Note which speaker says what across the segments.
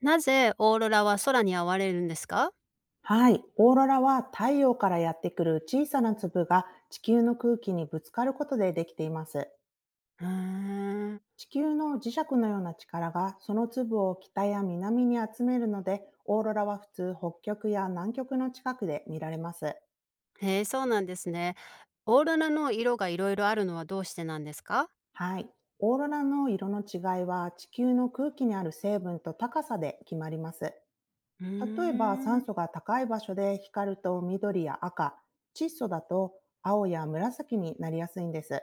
Speaker 1: なぜオーロラは空に現れるんですか？
Speaker 2: はい。オーロラは太陽からやってくる小さな粒が地球の空気にぶつかることでできています。
Speaker 1: うーん。
Speaker 2: 地球の磁石のような力がその粒を北や南に集めるので、オーロラは普通、北極や南極の近くで見られます。
Speaker 1: へえ、そうなんですね。オーロラの色がいろいろあるのはどうしてなんですか？
Speaker 2: はい。オーロラの色の違いは、地球の空気にある成分と高さで決まります。
Speaker 1: うー
Speaker 2: 例えば酸
Speaker 1: ん。
Speaker 2: 素が高い場所で光ると緑や赤、窒素だと青や紫になりやすいんです。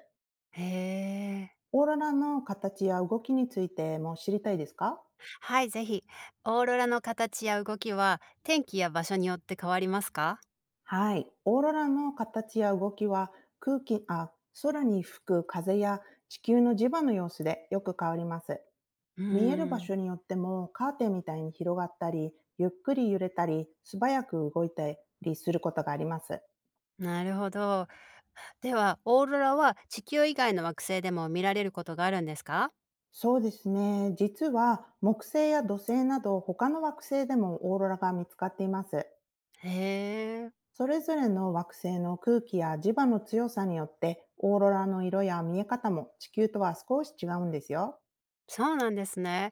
Speaker 1: へえ。
Speaker 2: オーロラの形や動きについても知りたいですか？
Speaker 1: はい、ぜひ。オーロラの形や動きは、天気や場所によって変わりますか？
Speaker 2: はい。オーロラの形や動きは空気、あ、空に吹く風や地球の磁場の様子でよく変わります。
Speaker 1: う
Speaker 2: 見える
Speaker 1: ー
Speaker 2: 場
Speaker 1: ん、
Speaker 2: 所によっても、カーテンみたいに広がったり、ゆっくり揺れたり、素早く動いたりすることがあります。
Speaker 1: なるほど。では、オーロラは地球以外の惑星でも見られることがあるんですか？
Speaker 2: そうですね。実は木星や土星など、他の惑星でもオーロラが見つかっています。
Speaker 1: へえ。
Speaker 2: それぞれの惑星の空気や磁場の強さによって、オーロラの色や見え方も地球とは少し違うんですよ。
Speaker 1: そうなんですね。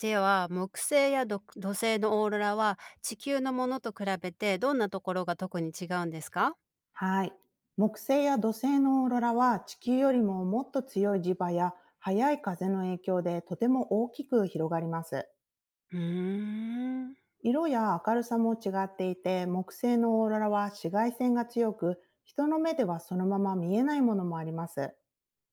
Speaker 1: では、木星や土星のオーロラは地球のものと比べてどんなところが特に違うんですか？
Speaker 2: はい。木星や土星のオーロラは、地球よりももっと強い磁場や速い風の影響で、とても大きく広がります。
Speaker 1: うーん。
Speaker 2: 色や明るさも違っていて、木星のオーロラは紫外線が強く、人の目ではそのまま見えないものもあります。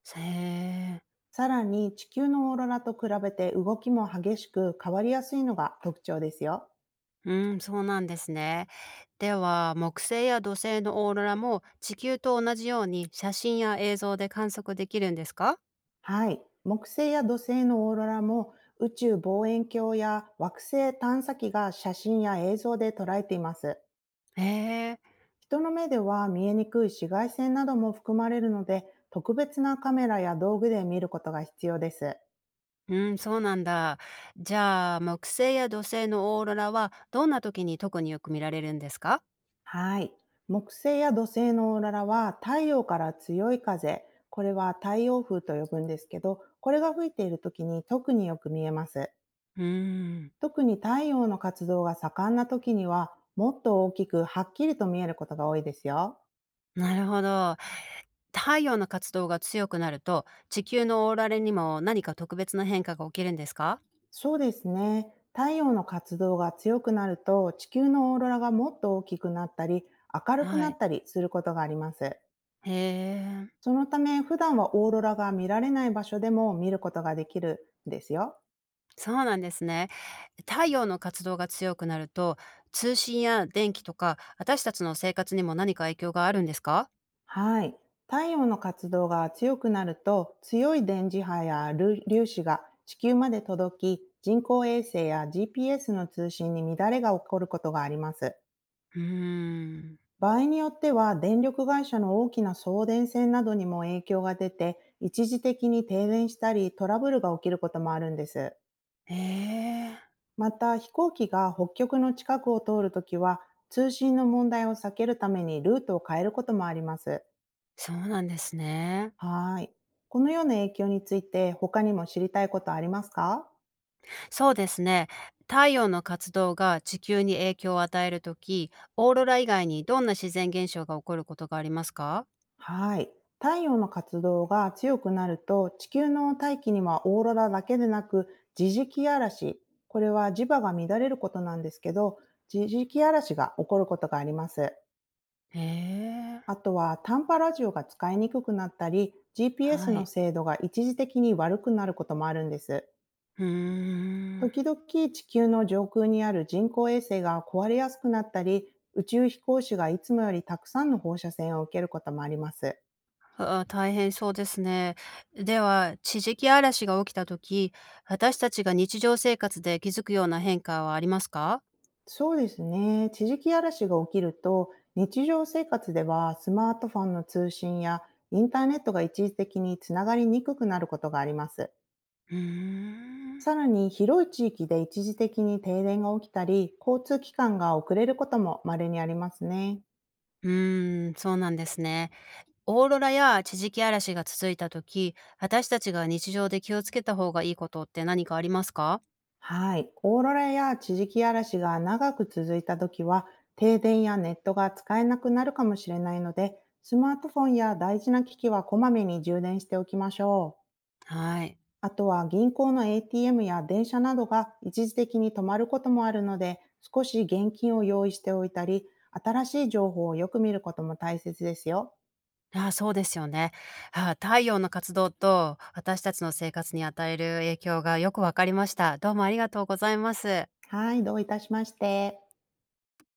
Speaker 1: へえ。
Speaker 2: さらに地球のオーロラと比べて、動きも激しく変わりやすいのが特徴ですよ。
Speaker 1: うーん、そうなんですね。では、木星や土星のオーロラも地球と同じように写真や映像で観測できるんですか？
Speaker 2: はい。木星や土星のオーロラも、宇宙望遠鏡や惑星探査機が写真や映像で捉えています。
Speaker 1: へえ。
Speaker 2: 人の目では見えにくい紫外線なども含まれるので、特別なカメラや道具で見ることが必要です。
Speaker 1: うん、そうなんだ。じゃあ、木星や土星のオーロラはどんな時に特によく見られるんですか？
Speaker 2: はい。木星や土星のオーロラは、太陽から強い風、これは太陽風と呼ぶんですけど、これが吹いている時に特によく見えます。
Speaker 1: うーん。
Speaker 2: 特に太陽の活動が盛んな時には、もっと大きくはっきりと見えることが多いですよ。
Speaker 1: なるほど。太陽の活動が強くなると、地球のオーロラにも何か特別な変化が起きるんですか？
Speaker 2: そうですね。太陽の活動が強くなると、地球のオーロラがもっと大きくなったり、明るく
Speaker 1: は
Speaker 2: なっ
Speaker 1: い。
Speaker 2: たりすることがあります。
Speaker 1: へえ、
Speaker 2: そのため、普段はオーロラが見られない場所でも見ることができるんですよ。
Speaker 1: そうなんですね。太陽の活動が強くなると、通信や電気とか、私たちの生活にも何か影響があるんですか？
Speaker 2: はい。太陽の活動が強くなると、強い電磁波や粒粒子が地球まで届き、人工衛星や GPS の通信に乱れが起こることがあります。
Speaker 1: うーん。
Speaker 2: 場合によっては、電力会社の大きな送電線などにも影響が出て、一時的に停電したり、トラブルが起きることもあるんです。
Speaker 1: へえ、
Speaker 2: また、飛行機が北極の近くを通るときは、通信の問題を避けるためにルートを変えることもあります。
Speaker 1: そうなんですね。
Speaker 2: はーい。このような影響について、他にも知りたいことありますか？
Speaker 1: そうですね。太陽の活動が地球に影響を与えるとき、オーロラ以外にどんな自然現象が起こることがありますか？
Speaker 2: はい。太陽の活動が強くなると、地球の大気にはオーロラだけでなく地磁気嵐、これは磁場が乱れることなんですけど、地磁気嵐が起こることがあります。
Speaker 1: へ
Speaker 2: あ
Speaker 1: え、
Speaker 2: とは短波ラジオが使いにくくなったり、GPS
Speaker 1: は
Speaker 2: の
Speaker 1: い。
Speaker 2: 精度が一時的に悪くなることもあるんです。
Speaker 1: うーん。
Speaker 2: 時々、地球の上空にある人工衛星が壊れやすくなったり、宇宙飛行士がいつもよりたくさんの放射線を受けることもあります。
Speaker 1: あ、大変そうですね。では、地磁気嵐が起きた時、私たちが日常生活で気づくような変化はありますか？
Speaker 2: そうですね。地磁気嵐が起きると、日常生活ではスマートフォンの通信やインターネットが一時的につながりにくくなることがあります。
Speaker 1: うーん。
Speaker 2: さらに広い地域で一時的に停電が起きたり、交通機関が遅れることも稀にありますね。
Speaker 1: うーん、そうなんですね。オーロラや地磁気嵐が続いた時、私たちが日常で気をつけた方がいいことって何かありますか？
Speaker 2: はい。オーロラや地磁気嵐が長く続いた時は、停電やネットが使えなくなるかもしれないので、スマートフォンや大事な機器はこまめに充電しておきましょう。
Speaker 1: はい。
Speaker 2: あとは銀行の ATM や電車などが一時的に止まることもあるので、少し現金を用意しておいたり、新しい情報をよく見ることも大切ですよ。
Speaker 1: あ、そうですよね。あ、太陽の活動と私たちの生活に与える影響がよくわかりました。どうもありがとうございます。
Speaker 2: はい、どういたしまして。